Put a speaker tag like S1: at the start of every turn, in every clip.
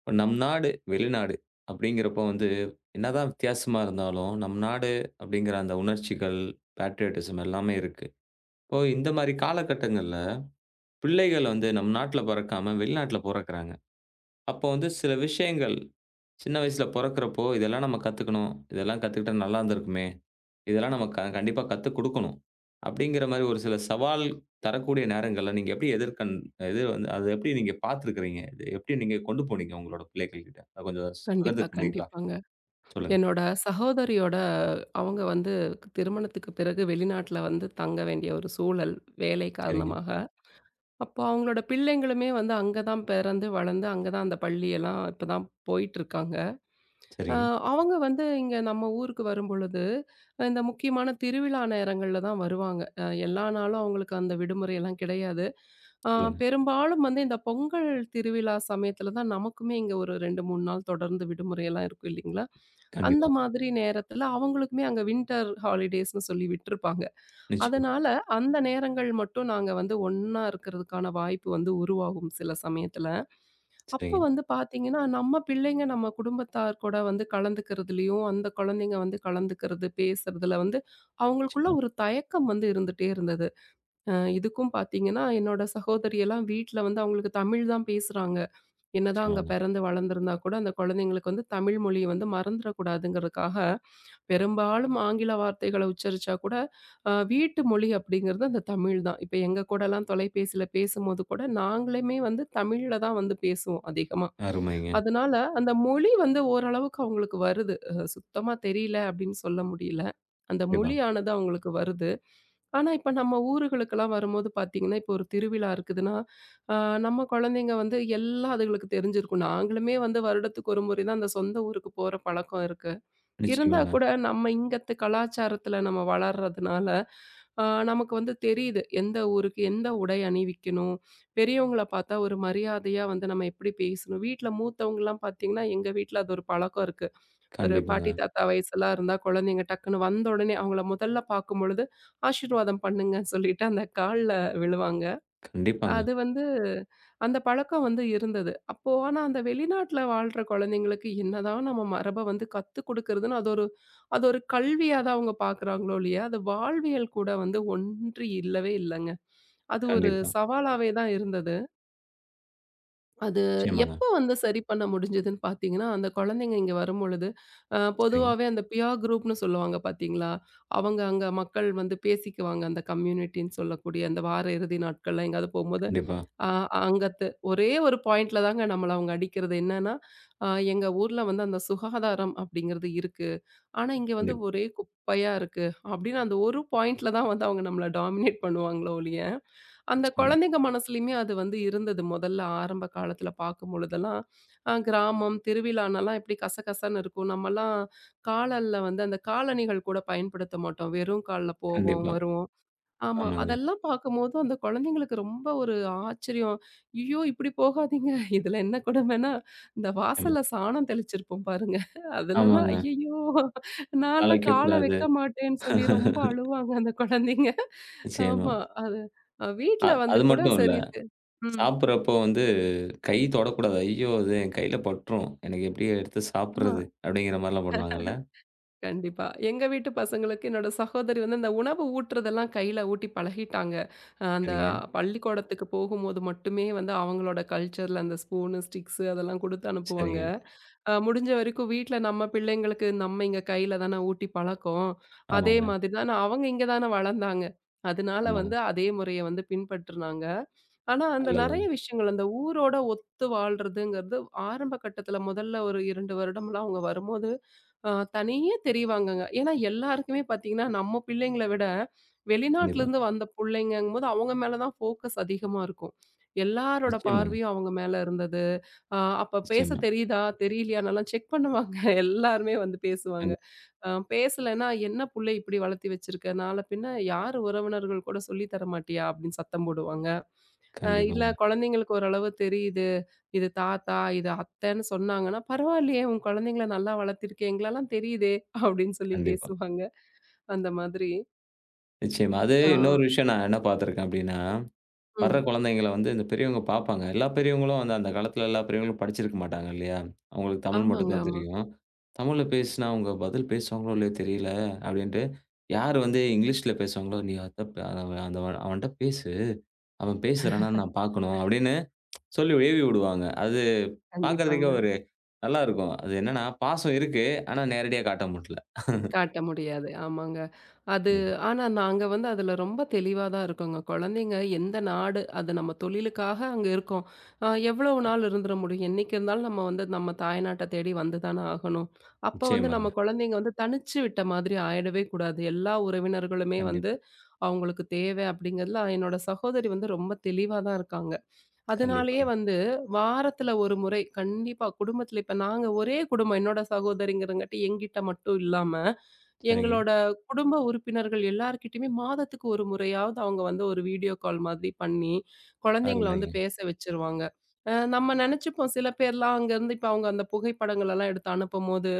S1: இப்ப நம் நாடு, வெளிநாடு அப்படிங்கிறப்போ வந்து, என்னதான் வித்தியாசமா இருந்தாலும், நம் நாடு அப்படிங்கிற அந்த உணர்ச்சிகள், பேட்ரியட்டிசம் எல்லாமே இருக்கு. இப்போ இந்த மாரி காலகட்டங்கள்ல, பிள்ளைகள் வந்து நம் நாட்ல பொறக்காம வெளிநாட்ல பொறக்குறாங்க. அப்போ வந்து சில விஷயங்கள் சின்ன வயசுல பொறக்கிறப்போ, இதெல்லாம் நம்ம கத்துக்கணும். இதெல்லாம் கத்துக்கிட்டா நல்லா இருந்திருக்குமே! இதெல்லாம் நம்ம கண்டிப்பா கத்துக் குடுக்கணும். அப்படிங்கிற மாரி ஒரு சில சவால் தரக்கூடிய நேரங்கள்ல நீங்க எப்படி எது வந்து அத எப்படி நீங்க பார்த்துருக்கிறீங்க? இது எப்படி நீங்க கொண்டு போனீங்க உங்களோட பிள்ளைகள் கிட்ட? அத கொஞ்சம்
S2: கண்டிப்பா,
S1: பகிர்ந்துக்க முடியுங்களா?
S2: கண்டிப்பாங்க.
S1: சொல்லுங்க.
S2: என்னோட சகோதரியோட அவங்க வந்து திருமணத்துக்கு பிறகு வெளிநாட்ல வந்து தங்க வேண்டிய ஒரு சூழல், வேலை
S1: சரிங்க,
S2: காரணமாக. அப்போ அவங்களோட பிள்ளைங்களுமே வந்து அங்க தான் பிறந்து, வளர்ந்து அங்க தான் அந்த பள்ளியெல்லாம் இப்ப தான் போயிட்டுருக்காங்க. அ
S1: சரிங்க.
S2: அவங்க வந்து இங்க நம்ம ஊருக்கு வரும்பொழுது, இந்த முக்கியமான திருவிழா நேரங்கள்ல தான் வருவாங்க. எல்லா நாளும் அவங்களுக்கு அந்த விடுமுறையெல்லாம் கிடையாது. அ
S1: சொல்லுங்க.
S2: பெரும்பாலும் வந்து இந்த பொங்கல் திருவிழா சமயத்துல தான் நமக்குமே இங்க ஒரு 2, 3 நாள் தொடர்ந்து விடுமுறையெல்லாம் இருக்கும் இல்லைங்களா? அந்த
S1: கண்டிப்பா.
S2: மாதிரி நேரத்துல அவங்களுக்குமே அங்க வின்டர் ஹாலிடேஸ்ன்னு சொல்லி விட்டுருப்பாங்க.
S1: நிச்சயமா.
S2: அதனால அந்த நேரங்கள் மட்டும் நாங்க வந்து ஒண்ணா இருக்கிறதுக்கான வாய்ப்பு வந்து உருவாகும் சில சமயத்துல. அப்ப
S1: சரிங்க.
S2: வந்து பார்த்தீங்கன்னா, நம்ம பிள்ளைங்க நம்ம குடும்பத்தார் கூட வந்து கலந்துக்கிறதுலயும், அந்த குழந்தைங்க வந்து கலந்துக்கிறது, பேசுறதுல வந்து அவங்களுக்குள்ள
S1: நிச்சயமா,
S2: ஒரு தயக்கம் வந்து இருந்துட்டே இருந்தது. அ இதுக்கும் பார்த்தீங்கன்னா, என்னோட சகோதரி எல்லாம் வீட்ல வந்து அவங்களுக்கு தமிழ் தான் பேசுறாங்க. என்னதான் அங்க
S1: நிச்சயமாங்க.
S2: பிறந்து வளர்ந்திருந்தா கூட அந்த குழந்தைங்களுக்கு வந்து தமிழ் மொழிய வந்து மறந்துடக்கூடாதுங்கிறதுக்காக பெரும்பாலும் ஆங்கில வார்த்தைகள உச்சரிச்சா கூட, வீட்டு மொழி அப்படிங்கிறது அந்த தமிழ் தான். இப்ப எங்க கூடலாம் தொலைபேசியில பேசும்போது கூட, நாங்களுமே வந்து தமிழ்ல தான் வந்து பேசுவோம் அதிகமா.
S1: அருமைங்க.
S2: அதனால அந்த மொழி வந்து ஓரளவுக்கு அவங்களுக்கு வருது. சுத்தமா தெரியல அப்படின்னு சொல்ல முடியல. அந்த
S1: கண்டிப்பா.
S2: மொழியானது அவங்களுக்கு வருது. ஆனா, இப்ப நம்ம ஊருகளுக்கெல்லாம் வரும்போது பார்த்தீங்கன்னா, இப்போ ஒரு திருவிழா இருக்குதுன்னா, அ நம்ம குழந்தைங்க வந்து எல்லாம் அதுகளுக்கு தெரிஞ்சிருக்கும். நாங்களுமே வந்து வருடத்துக்கு ஒரு முறை தான் அந்த சொந்த ஊருக்கு போற பழக்கம் இருக்கு. இருந்தா
S1: நிச்சயமாங்க.
S2: கூட நம்ம இங்கத்து கலாச்சாரத்துல நம்ம வளர்றதுனால, அ நமக்கு வந்து தெரியுது. எந்த ஊருக்கு எந்த உடை அணிவிக்கணும்? பெரியவங்கள பார்த்தா ஒரு மரியாதையா வந்து நம்ம எப்படி பேசணும்? வீட்ல மூத்தவங்கலாம் பார்த்தீங்கன்னா, எங்க வீட்ல அது ஒரு பழக்கம் இருக்கு. ஒரு பாட்டி,
S1: கண்டிப்பாங்க.
S2: தாத்தா வயசுலாம் இருந்தா குழந்தைங்க டக்குன்னு வந்த உடனே அவங்கள முதல்ல பார்க்கும்பொழுது, ஆசீர்வாதம் பண்ணுங்கன்னு சொல்லிட்டு அந்த கால்ல விழுவாங்க.
S1: கண்டிப்பாங்க.
S2: அது வந்து அந்த பழக்கம் வந்து இருந்தது. அப்போ ஆனா அந்த வெளிநாட்ல வாழ்ற குழந்தைங்களுக்கு என்னதான் நம்ம மரப வந்து கத்துக் குடுக்குறதுன்னு, அது ஒரு கல்வியா தான் அவங்க பார்க்குறாங்களோ இல்லையா, அது வாழ்வியல் கூட வந்து ஒன்றி இல்லவே இல்லங்க. அது ஒரு
S1: கண்டிப்பா.
S2: சவாலாவே தான் இருந்தது. அது
S1: நிச்சயமாங்க.
S2: எப்போ வந்து சரி பண்ண முடிஞ்சதுன்னு பார்த்தீங்கன்னா, அந்த குழந்தைங்க இங்க வரும்பொழுது,
S1: சரிங்க.
S2: பொதுவாவே அந்த பியர் குரூப்னு சொல்லுவாங்க பார்த்தீங்களா? அவங்க அங்க மக்கள் வந்து பேசிக்குவாங்க. அந்த கம்யூனிட்டின்னு சொல்லக்கூடிய அந்த வார இறுதி நாட்கள்ல எங்கேயாவது போம்போது,
S1: கண்டிப்பா,
S2: ஆ அங்கத்து ஒரே ஒரு பாயிண்ட்ல தாங்க நம்மள அவங்க அடிக்கிறது. என்னன்னா, அ எங்க ஊர்ல வந்து அந்த சுகாதாரம் அப்படிங்கிறது இருக்கு. ஆனா இங்க வந்து
S1: கண்டிப்பா.
S2: ஒரே குப்பையா இருக்கு. அப்படின்னு அந்த ஒரு பாயிண்ட்ல தான் வந்து அவங்க நம்மள டாமினேட் பண்ணுவாங்களோ ஒழிய, அந்த
S1: நிச்சயமா.
S2: குழந்தைங்க மனசுலயுமே அது வந்து இருந்தது. முதல்ல ஆரம்ப காலத்துல பார்க்கும்பொழுதெல்லாம், கிராமம், திருவிழானெல்லாம் எப்படி கசகசன்னு இருக்கும். நம்மலாம் காலல்ல வந்து அந்த காலணிகள் கூட பயன்படுத்த மாட்டோம். வெறும் கால்ல போவோம்,
S1: கண்டிப்பா.
S2: வருவோம். ஆமா.
S1: ஆமாங்க.
S2: அதெல்லாம் பார்க்கும்போது அந்த குழந்தைங்களுக்கு ரொம்ப ஒரு ஆச்சரியம். "ஐயோ! இப்படி போகாதீங்க." இதுல என்ன கொடுமைன்னா, இந்த
S1: நிச்சயமா.
S2: வாசல்ல சாணம் தெளிச்சிருப்போம் பாருங்க. அதுலலாம்
S1: ஆமாங்க.
S2: ஐயையோ!
S1: கால
S2: நான்லாம் கால
S1: வைக்கக்கூடாது.
S2: வைக்க மாட்டேன்னு சொல்லி ரொம்ப அழுவாங்க அந்த குழந்தைங்க.
S1: நிச்சயமா.
S2: ஆமா. அது வீட்ல வந்து
S1: அது
S2: கூட
S1: மட்டும் இல்ல.
S2: சரி. ம்.
S1: சாப்பிடுறப்போ வந்து கை தொடக்கூடாது. "ஐயோ! அது என் கையில பட்டுரும். எனக்கு எப்படி எடுத்து
S2: ஆமா.
S1: சாப்பிடுறது?" அப்படிங்கிற மாரிலாம் பண்ணுவாங்கல்ல?
S2: கண்டிப்பா. எங்க வீட்டு பசங்களுக்கு என்னோட சகோதரி வந்து அந்த உணவு ஊட்டுறதெல்லாம் கையில ஊட்டி பழகிட்டாங்க. அந்த
S1: சரிங்க,
S2: பள்ளிக்கூடத்துக்கு போகும்போது மட்டுமே வந்து அவங்களோட கல்ச்சர்ல அந்த ஸ்பூனு, ஸ்டிக்ஸு அதெல்லாம் குடுத்து அனுப்புவாங்க.
S1: சரிங்க.
S2: முடிஞ்ச வரைக்கும் வீட்ல நம்ம பிள்ளைங்களுக்கு நம்ம இங்க கையில தான ஊட்டி பழக்கம். அதே
S1: ஆமாங்க,
S2: மாதிரி தான் அவங்க இங்க தான வளர்ந்தாங்க. அதனால
S1: ஆமாங்க.
S2: வந்து அதே முறைய வந்து பின்பற்றுனாங்க. ஆனா, அந்த நெறைய
S1: நல்லதுங்க.
S2: விஷயங்கள் அந்த ஊரோட ஒத்து வாழ்றதுங்கிறது ஆரம்ப கட்டத்துல முதல்ல ஒரு 2 வருடம்லாம் அவங்க வரும்போது, அ தனியே தெரிவாங்கங்க. ஏன்னா எல்லாருக்குமே பார்த்தீங்கன்னா, நம்ம பிள்ளைங்கள விட
S1: கண்டிப்பா.
S2: வெளிநாட்டுலருந்து வந்த புள்ளைங்கங்கும்போது அவங்க மேல தான் ஃபோக்கஸ் அதிகமா இருக்கும். எல்லாரோட
S1: நிச்சயமாங்க,
S2: பார்வையும் அவங்க மேல இருந்தது. அப்ப பேச
S1: நிச்சயமா.
S2: தெரியுதா? தெரியலையான்னலாம் செக் பண்ணுவாங்க. எல்லாருமே வந்து பேசுவாங்க.
S1: கண்
S2: பேசலன்னா, "என்ன புள்ள இப்படி வளர்த்தி வச்சிருக்க? நாள பின்ன யார் உறவினர்கள் கூட சொல்லி தர மாட்டியா?" அப்படின்னு சத்தம் போடுவாங்க. இல்ல
S1: கண்டிப்பாங்க,
S2: குழந்தைங்களுக்கு ஓரளவு தெரியுது. இது தாத்தா, இது அத்தைன்னு சொன்னாங்கன்னா, "பரவாயில்லையே! உன் குழந்தைங்கள நல்லா வளர்த்திருக்கே! எங்களாலாம் தெரியுதே!" அப்படின்னு சொல்லி
S1: கண்டிப்பா.
S2: பேசுவாங்க. அந்த மாதிரி.
S1: நிச்சயமா. அது
S2: ஆ.
S1: இன்னொரு விஷயம் நான் என்ன பார்த்துருக்கேன் அப்படின்னா வர்ற
S2: ம்.
S1: குழந்தைங்கள வந்து இந்த பெரியவங்க பார்ப்பாங்க. எல்லா பெரியவங்களும் வந்து அந்த காலத்துல எல்லா பெரியவங்களும் படிச்சிருக்க மாட்டாங்க இல்லையா? அவங்களுக்கு தமிழ் மட்டும்
S2: ஆமாங்க,
S1: தான்
S2: ஆமா.
S1: தெரியும். தமிழ்ல பேசினா அவங்க பதில் பேசுவாங்களோ இல்லையோ தெரியல அப்படின்ட்டு, யார் வந்து இங்கிலீஷ்ல பேசுவாங்களோ, அவன்ட்ட பேசு. அவன் பேசுறானான்னு நான் பார்க்கணும்" அப்படின்னு சொல்லி ஏவி விடுவாங்க. அது
S2: கண்டிப்பாங்க.
S1: பார்க்கறதுக்கே ஒரு நல்லா இருக்கும். அது என்னன்னா பாசம் இருக்கு. ஆனா நேரடியா காட்ட முடியல.
S2: காட்ட முடியாது. ஆமாங்க. அது
S1: கண்டிப்பா.
S2: ஆனா நாங்க வந்து அதுல ரொம்ப தெளிவா தான் இருக்கோங்க. குழந்தைங்க எந்த நாடு, அது நம்ம தொழிலுக்காக அங்க இருக்கோம். எவ்வளவு நாள் இருந்துற முடியும்? என்னைக்கு இருந்தாலும் நம்ம வந்து நம்ம தாய்நாட்ட தேடி வந்து தானே ஆகணும். அப்ப வந்து
S1: நிச்சயமாங்க.
S2: நம்ம குழந்தைங்க வந்து தனிச்சு விட்ட மாதிரி ஆயிடவே கூடாது. எல்லா உறவினர்களுமே வந்து
S1: கண்டிப்பா,
S2: அவங்களுக்கு தேவை அப்படிங்கிறதுல என்னோட சகோதரி வந்து ரொம்ப தெளிவா தான் இருக்காங்க. அதனாலேயே
S1: கண்டிப்பாங்க.
S2: வந்து வாரத்துல ஒரு முறை கண்டிப்பா குடும்பத்துல இப்ப நாங்க ஒரே குடும்பம் என்னோட சகோதரிங்கிறங்காட்டி என்கிட்ட மட்டும் இல்லாம
S1: சரிங்க.
S2: எங்களோட குடும்ப உறுப்பினர்கள் எல்லார்கிட்டயுமே மாதத்துக்கு ஒரு முறையாவது அவங்க வந்து ஒரு வீடியோ கால் மாதிரி பண்ணி, குழந்தைங்கள வந்து
S1: அருமைங்க.
S2: பேச வச்சுருவாங்க. நம்ம நெனச்சுப்போம் சில பேர்லாம் அங்கருந்து இப்ப அவங்க அந்த புகைப்படங்கள் எல்லாம் எடுத்து அனுப்பும்போது,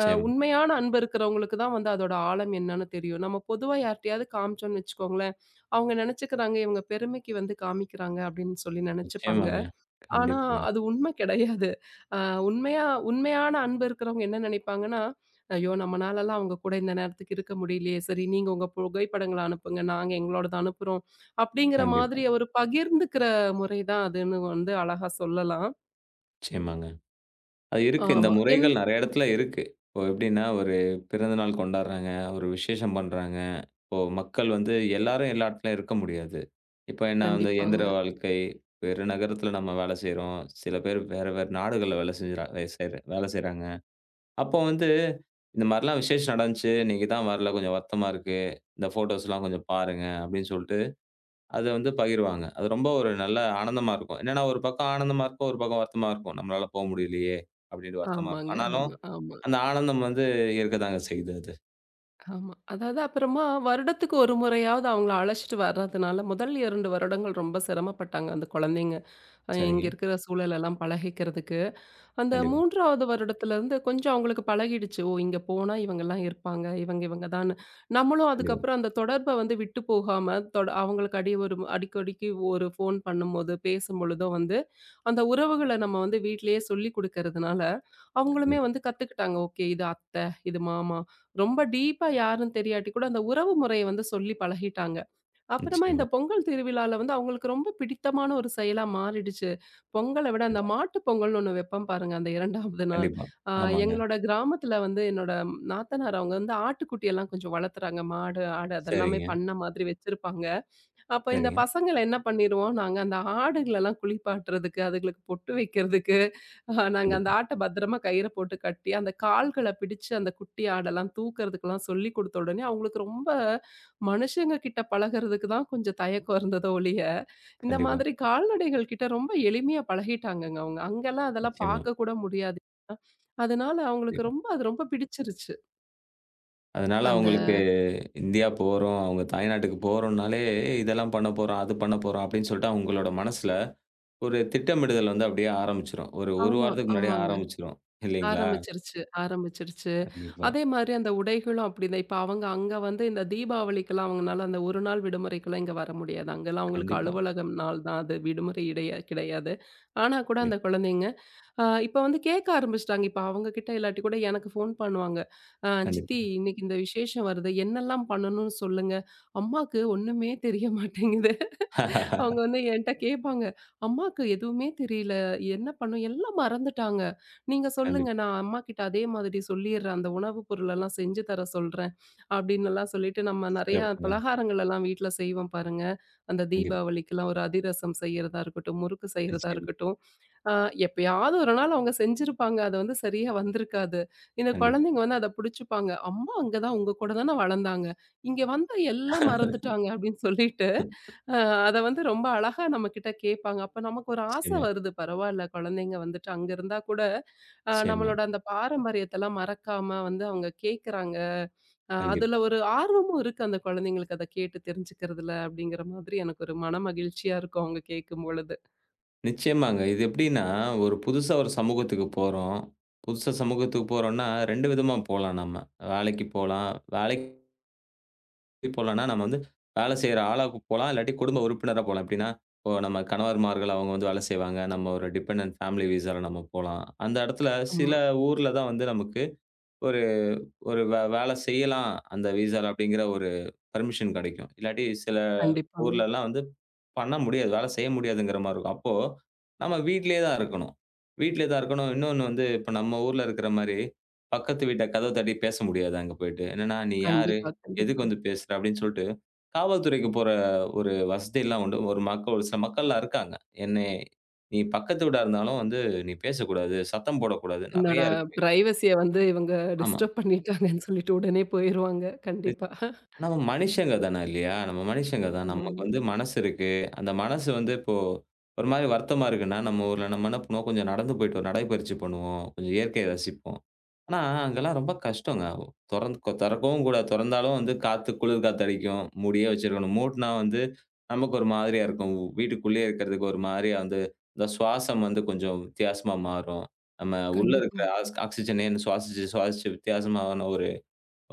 S2: உண்மையான அன்பு இருக்கிறவங்களுக்கு தான் வந்து அதோட ஆழம் என்னன்னு தெரியும். நம்ம பொதுவா யார்ட்டயாவது காமிச்சோம்னு வச்சுக்கோங்களேன், அவங்க நெனச்சுக்கிறாங்க, இவங்க பெருமைக்கு வந்து காமிக்கிறாங்க அப்படின்னு சொல்லி நெனச்சுப்பாங்க.
S1: நிச்சயமாங்க.
S2: ஆனா,
S1: கண்டிப்பாங்க.
S2: அது உண்மை கிடையாது. அ உண்மையா உண்மையான அன்பு இருக்கிறவங்க என்ன நினைப்பாங்கன்னா, "ஐயோ! நம்மனாலலாம் அவங்க கூட இந்த நேரத்துக்கு இருக்க முடியலையே. சரி நீங்க உங்க புகைப்படங்கள அனுப்புங்க. நாங்க எங்களோடத அனுப்புறோம்." அப்படிங்கிற
S1: கண்டிப்பா.
S2: மாதிரி ஒரு பகிர்ந்துக்கிற முறை தான் அதுன்னு வந்து அழகா சொல்லலாம்.
S1: நிச்சயமாங்க. அது இருக்கு. இந்த
S2: ஆமா.
S1: முறைகள் நெறைய இடத்துல இருக்கு. இப்போ எப்படின்னா, ஒரு பிறந்தநாள் கொண்டாடுறாங்க, ஒரு விசேஷம் பண்றாங்க. இப்போ மக்கள் வந்து எல்லாரும் எல்லா இடத்துலயும் இருக்க முடியாது. இப்ப நான் வந்து
S2: கண்டிப்பாங்க.
S1: இயந்திர வாழ்க்கை, வேறு நகரத்துல நம்ம வேலை செய்றோம். சில பேர் வேற, வேற நாடுகள்ல வேலை செஞ்சுறா வே செய்ற வேலை செய்றாங்க. அப்போ வந்து இந்த மாரிலாம் விசேஷம் நடந்துச்சு. நீங்க தான் வரல. கொஞ்சம் வருத்தமா இருக்கு. இந்த ஃபோட்டோஸ்லாம் கொஞ்சம் பாருங்க அப்படின்னு சொல்லிட்டு அத வந்து பகிர்வாங்க. அது ரொம்ப ஒரு நல்ல ஆனந்தமா இருக்கும். என்னன்னா ஒரு பக்கம் ஆனந்தமா இருக்கும், ஒரு பக்கம் வருத்தமா இருக்கும். நம்மளால போ முடியலையே! அப்டின்ட்டு வருத்தமா இருக்கும்.
S2: ஆமாங்க.
S1: ஆனாலும்,
S2: ஆமா, ஆமா,
S1: அந்த ஆனந்தம் வந்து இருக்கதாங்க செய்யுது அது.
S2: ஆமா. அதாவது அப்புறமா வருடத்துக்கு ஒரு முறையாவது அவங்கள அழைச்சிட்டு வர்றதுனால முதல் 2 வருடங்கள் ரொம்ப சிரமப்பட்டாங்க அந்த குழந்தைங்க. இங்க
S1: சரிங்க.
S2: இருக்கிற சூழலெல்லாம் பழகிக்கிறதுக்கு. அந்த
S1: கண்டிப்பா,
S2: 3வது வருடத்துலருந்து கொஞ்சம் அவங்களுக்கு பழகிடுச்சு. ஓ! இங்க போனா இவங்கலாம் இருப்பாங்க. இவங்க இவங்க தான்னு. நம்மளும்
S1: கண்டிப்பா,
S2: அதுக்கப்புறம் அந்த தொடர்ப வந்து விட்டு போகாம அவங்களுக்கு ஒரு அடிக்கடிக்கு ஒரு ஃபோன் பண்ணும்போது, பேசும்பொழுதோ வந்து, அந்த உறவுகள நம்ம வந்து வீட்லயே சொல்லிக் குடுக்கறதுனால, அவங்களுமே
S1: கண்டிப்பா.
S2: வந்து கத்துக்கிட்டாங்க. ஓகே இது அத்தை, இது மாமா. ரொம்ப டீப்பா யாருன்னு தெரியாட்டி கூட அந்த உறவு முறைய வந்து சொல்லி பழகிட்டாங்க. அப்புறமா இந்த
S1: நிச்சயமா.
S2: பொங்கல் திருவிழால வந்து அவங்களுக்கு ரொம்ப பிடித்தமான ஒரு செயலா மாறிடுச்சு. பொங்கல விட அந்த
S1: கண்டிப்பா,
S2: மாட்டு பொங்கல்னு ஒண்ணு வைப்போம் பாருங்க, அந்த 2வது நாள்.
S1: கண்டிப்பா.
S2: ஆ
S1: ஆமாங்க.
S2: எங்களோட கிராமத்துல வந்து என்னோட நாத்தனார் அவங்க வந்து ஆட்டுக்குட்டியெல்லாம் கொஞ்சம் வளர்த்துறாங்க. மாடு, ஆடு அதெல்லாமே
S1: சரிங்க,
S2: பண்ண மாதிரி வச்சிருப்பாங்க. அப்ப இந்த
S1: சரிங்க.
S2: பசங்கள என்ன பண்ணிருவோம், நாங்க அந்த ஆடுகளெல்லாம் குளிப்பாட்டுறதுக்கு, அதுகளுக்கு பொட்டு வைக்கிறதுக்கு ஆஹா, நாங்க அந்த
S1: கண்டிப்பா,
S2: ஆட்ட பத்திரமா கயிற போட்டு கட்டி, அந்த கால்கள பிடிச்சு அந்த குட்டி ஆடெல்லாம் தூக்குறதுக்கெல்லாம் சொல்லிக் குடுத்த உடனே, அவங்களுக்கு ரொம்ப மனுஷங்க கிட்ட பழகுறதுக்கு தான் கொஞ்சம் தயக்கம் இருந்ததோ ஒழிய, இந்த
S1: கண்டிப்பா.
S2: மாதிரி கால்நடைகள் கிட்ட ரொம்ப எளிமையா பழகிட்டாங்கங்க அவங்க. அங்கெல்லாம் அதெல்லாம்
S1: நிச்சயமா,
S2: பார்க்கக்கூட முடியாது. அதனால அவங்களுக்கு
S1: கண்டிப்பா.
S2: ரொம்ப அது ரொம்ப பிடிச்சிருச்சு.
S1: அதனால
S2: அந்த
S1: அவங்களுக்கு இந்தியா போறோம், அவங்க தாய்நாட்டுக்கு போறோம்னாலே, இதெல்லாம் பண்ண போறோம், அது பண்ண போறோம் அப்டின்னு சொல்லிட்டு அவங்களோட மனசுல ஒரு திட்டமிடுதல் வந்து அப்டியே ஆரம்பிச்சுரும். ஒரு 1
S2: ஆமா,
S1: வாரத்துக்கு முன்னாடியே
S2: ஆமாங்க.
S1: ஆரம்பிச்சுரும். இல்லைங்களா?
S2: ஆரம்பிச்சிருச்சு, ஆரம்பிச்சிருச்சு.
S1: கண்டிப்பா,
S2: அதே மாதிரி அந்த உடைகளும் அப்படிதான். இப்ப அவங்க அங்க வந்து இந்த தீபாவளிக்கெல்லாம் அவங்கனால அந்த ஒரு நாள் விடுமுறைக்கெல்லாம் இங்க வர முடியாது. அங்கெல்லாம் அவங்களுக்கு
S1: கண்டிப்பா,
S2: அலுவலகம் நாள் தான் அது. விடுமுறை இடைய கிடையாது. ஆனா கூட அந்த
S1: கண்டிப்பா,
S2: குழந்தைங்க இப்ப வந்து கேட்க ஆரம்பிச்சுட்டாங்க. இப்ப அவங்க கிட்ட இல்லாட்டி கூட எனக்கு ஃபோன் பண்ணுவாங்க.
S1: கண்டிப்பா.
S2: சித்தி இன்னைக்கு இந்த விசேஷம் வருது. என்னெல்லாம் பண்ணணும்னு சொல்லுங்க." அம்மாக்கு ஒண்ணுமே தெரிய மாட்டேங்குது. அவங்க வந்து என்ட்ட கேட்பாங்க, "அம்மாக்கு எதுவுமே தெரியல. என்ன பண்ணும்? எல்லாம் மறந்துட்டாங்க. நீங்க சொல்லுங்க.
S1: கண்டிப்பா.
S2: நான் அம்மாகிட்ட அதே மாதிரி சொல்லிர்றேன். அந்த உணவு பொருளெல்லாம் செஞ்சு தர சொல்றேன்." அப்படின்னெல்லாம் சொல்லிட்டு நம்ம நெறையா
S1: சிறப்புங்க.
S2: பலகாரங்கள் எல்லாம் வீட்ல செய்வோம் பாருங்க. அந்த
S1: கண்டிப்பா.
S2: தீபாவளிக்கெல்லாம் ஒரு அதிரசம் செய்யறதா இருக்கட்டும், முறுக்கு செய்யறதா
S1: நிச்சயமா,
S2: இருக்கட்டும். அ எப்பயாவது ஒரு நாள் அவங்க செஞ்சிருப்பாங்க. அது வந்து சரியா வந்திருக்காது. இந்த
S1: கண்டிப்பா.
S2: குழந்தைங்க வந்து அத புடிச்சுப்பாங்க. "அம்மா அங்க தான் உங்க கூட தான வளர்ந்தாங்க. இங்க வந்தா எல்லாம் மறந்துட்டாங்க" அப்படின்னு சொல்லிட்டு அ அத வந்து ரொம்ப அழகா நம்மகிட்ட கேட்பாங்க. அப்ப நமக்கு ஒரு ஆசை
S1: நிச்சயமா,
S2: வருது. பரவால்ல குழந்தைங்க வந்துட்டு அங்க இருந்தா கூட,
S1: நிச்சயமா.
S2: நம்மளோட அந்த பாரம்பரியத்தலாம் மறக்காம வந்து அவங்க கேட்கறாங்க. அதுல
S1: கண்டிப்பா.
S2: ஒரு ஆர்வமும் இருக்கு அந்த குழந்தைங்களுக்கு அத கேட்டு தெரிஞ்சுக்கிறதுல அப்படிங்கிற மாதிரி எனக்கு ஒரு மன மகிழ்ச்சியா இருக்கும் அவங்க கேட்கும்பொழுது.
S1: நிச்சயமாங்க. இது எப்படின்னா, ஒரு புதுசா ஒரு சமூகத்துக்கு போறோம். புதுசா சமூகத்துக்கு போறோம்னா, 2 விதமா போலாம் நம்ம. வேலைக்கு போலாம். வேலைக்கு போலாம்னா, நம்ம வந்து வேலை செய்ற ஆளா போலாம். இல்லாட்டி குடும்ப உறுப்பினரா போலாம். எப்படின்னா, இப்போ நம்ம கணவர்மார்கள் அவங்க வந்து வேலை செய்வாங்க. நம்ம ஒரு டிபெண்டன்ட் ஃபேமிலி விசால நம்ம போலாம். அந்த இடத்துல சில
S2: ஆமா.
S1: ஊர்ல தான் வந்து நமக்கு ஒரு ஒரு வே வேலை செய்யலாம் அந்த விசால அப்படிங்கிற ஒரு பெர்மிஷன் கிடைக்கும். இல்லாட்டி சில
S2: கண்டிப்பாங்க.
S1: ஊர்லலாம் வந்து பண்ண முடியாது. வேலை செய்ய முடியாதுங்கிற மாரி இருக்கும். அப்போ நம்ம வீட்லயே தான் இருக்கணும். வீட்லயே தான் இருக்கணும். இன்னொன்னு வந்து இப்ப நம்ம ஊர்ல இருக்கிற மாரி பக்கத்து வீட்ட கதவ தட்டி பேச முடியாது அங்க போயிட்டு. என்னன்னா, "நீ யாரு?
S2: கண்டிப்பா,
S1: எதுக்கு
S2: கண்டிப்பா.
S1: வந்து பேசுற?" அப்படின்னு சொல்லிட்டு காவல்துறைக்கு போற ஒரு வசதிலாம் உண்டு. ஒரு மக்கள் ஒரு சில மக்கள்லாம் இருக்காங்க. என்னை "நீ பக்கத்து வீடா இருந்தாலும் வந்து நீ பேசக்கூடாது, சத்தம் போடக்கூடாது."
S2: என்னோட
S1: நெறைய இருக்கு.
S2: பிரைவசிய வந்து இவங்க
S1: ஆமா.
S2: டிஸ்டர்ப் பண்ணிட்டாங்கன்னு சொல்லிட்டு உடனே போயிருவாங்க. கண்டிப்பா.
S1: நம்ம மனுஷங்க தான இல்லையா? நம்ம மனுஷங்க தான். ம். நமக்கு
S2: ஆமாமா.
S1: வந்து மனசு இருக்கு. அந்த மனசு வந்து இப்போ ஒரு மாரி வருத்தமா இருக்குன்னா, நம்ம ஊர்ல நம்ம என்ன பண்ணுவோம், கொஞ்சம் நடந்து போயிட்டு ஒரு நடைப்பயிற்சி பண்ணுவோம். கொஞ்சம் இயற்கைய ரசிப்போம். ஆனா, அங்கலாம் ரொம்ப கஷ்டங்க. தொறந் தொறக்கவும் கூடாது. தொறந்தாலும் வந்து காத்து குளிர் காத்து அடிக்கும். மூடியே வச்சிருக்கணும். மூட்னா வந்து நமக்கு ஒரு மாதிரியா இருக்கும். வீட்டுக்குள்ளேயே இருக்கிறதுக்கு ஒரு மாதிரியா வந்து இந்த சுவாசம் வந்து கொஞ்சம் வித்தியாசமா மாறும். நம்ம உள்ள
S2: கண்டிப்பா.
S1: இருக்கிற ஆக்ஸிஜனே சுவாசிச்சு சுவாசிச்சு வித்தியாசமான ஒரு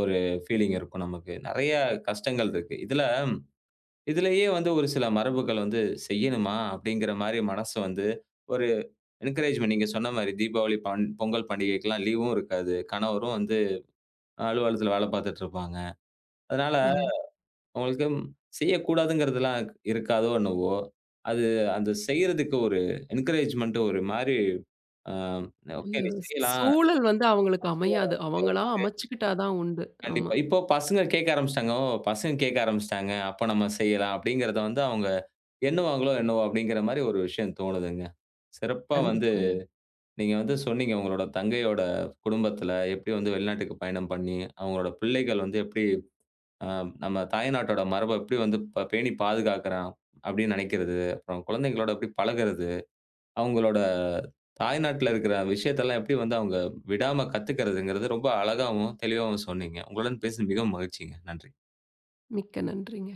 S1: ஒரு ஃபீலிங் இருக்கும் நமக்கு. நெறைய கஷ்டங்கள் இருக்கு. இதுலயே வந்து ஒரு சில மரபுகள் வந்து செய்யணுமா? அப்படிங்கிற மாரி மனசு வந்து ஒரு என்கரேஜ்மென்ட் நீங்க சொன்ன மாரி தீபாவளி, பொங்கல் பண்டிகைக்கெல்லாம் லீவும் இருக்காது. கணவரும் வந்து அலுவலகத்துல வேல பார்த்துட்டு இருப்பாங்க. அதனால
S2: ஆமா.
S1: அவங்களுக்கு செய்யக்கூடாதுங்கிறதெல்லாம் இருக்காதோ என்னவோ! அது அந்த செய்றதுக்கு ஒரு என்கரேஜ்மென்ட் ஒரு மாரி அ ஓகே நீ செய்யலாம்.
S2: சூழல் வந்து அவங்களுக்கு அமையாது. அவங்களா அமைச்சுக்கிட்டா தான் உண்டு. ஆமா.
S1: கண்டிப்பா. இப்போ பசங்க கேட்க ஆரம்பிச்சுட்டாங்க. ஓ! பசங்க கேட்க ஆரம்பிச்சுட்டாங்க. அப்ப நம்ம செய்யலாம் அப்படிங்கிறத வந்து அவங்க எண்ணுவாங்களோ, என்னவோ! அப்படிங்கிற மாரி ஒரு விஷயம் தோணுதுங்க. சிறப்பா வந்து
S2: கண்டிப்பாங்க.
S1: நீங்க வந்து சொன்னீங்க, உங்களோட தங்கையோட குடும்பத்துல எப்படி வந்து வெளிநாட்டுக்கு பயணம் பண்ணி, அவங்களோட பிள்ளைகள் வந்து எப்படி அ நம்ம தாய்நாட்டோட மரப எப்படி வந்து பேணி பாதுகாக்கிறான் அப்படின்னு நெனைக்கிறது, அப்புறம் குழந்தைங்களோட எப்படி பழகுறது, அவங்களோட தாய்நாட்ல இருக்கிற விஷயத்தெல்லாம் எப்படி வந்து அவங்க விடாம கத்துக்கிறதுங்கிறது ரொம்ப அழகாவும், தெளிவாவும் சொன்னீங்க. உங்களுடன் பேசினது மிகவும் மகிழ்ச்சிங்க. நன்றி.
S2: மிக்க நன்றிங்க.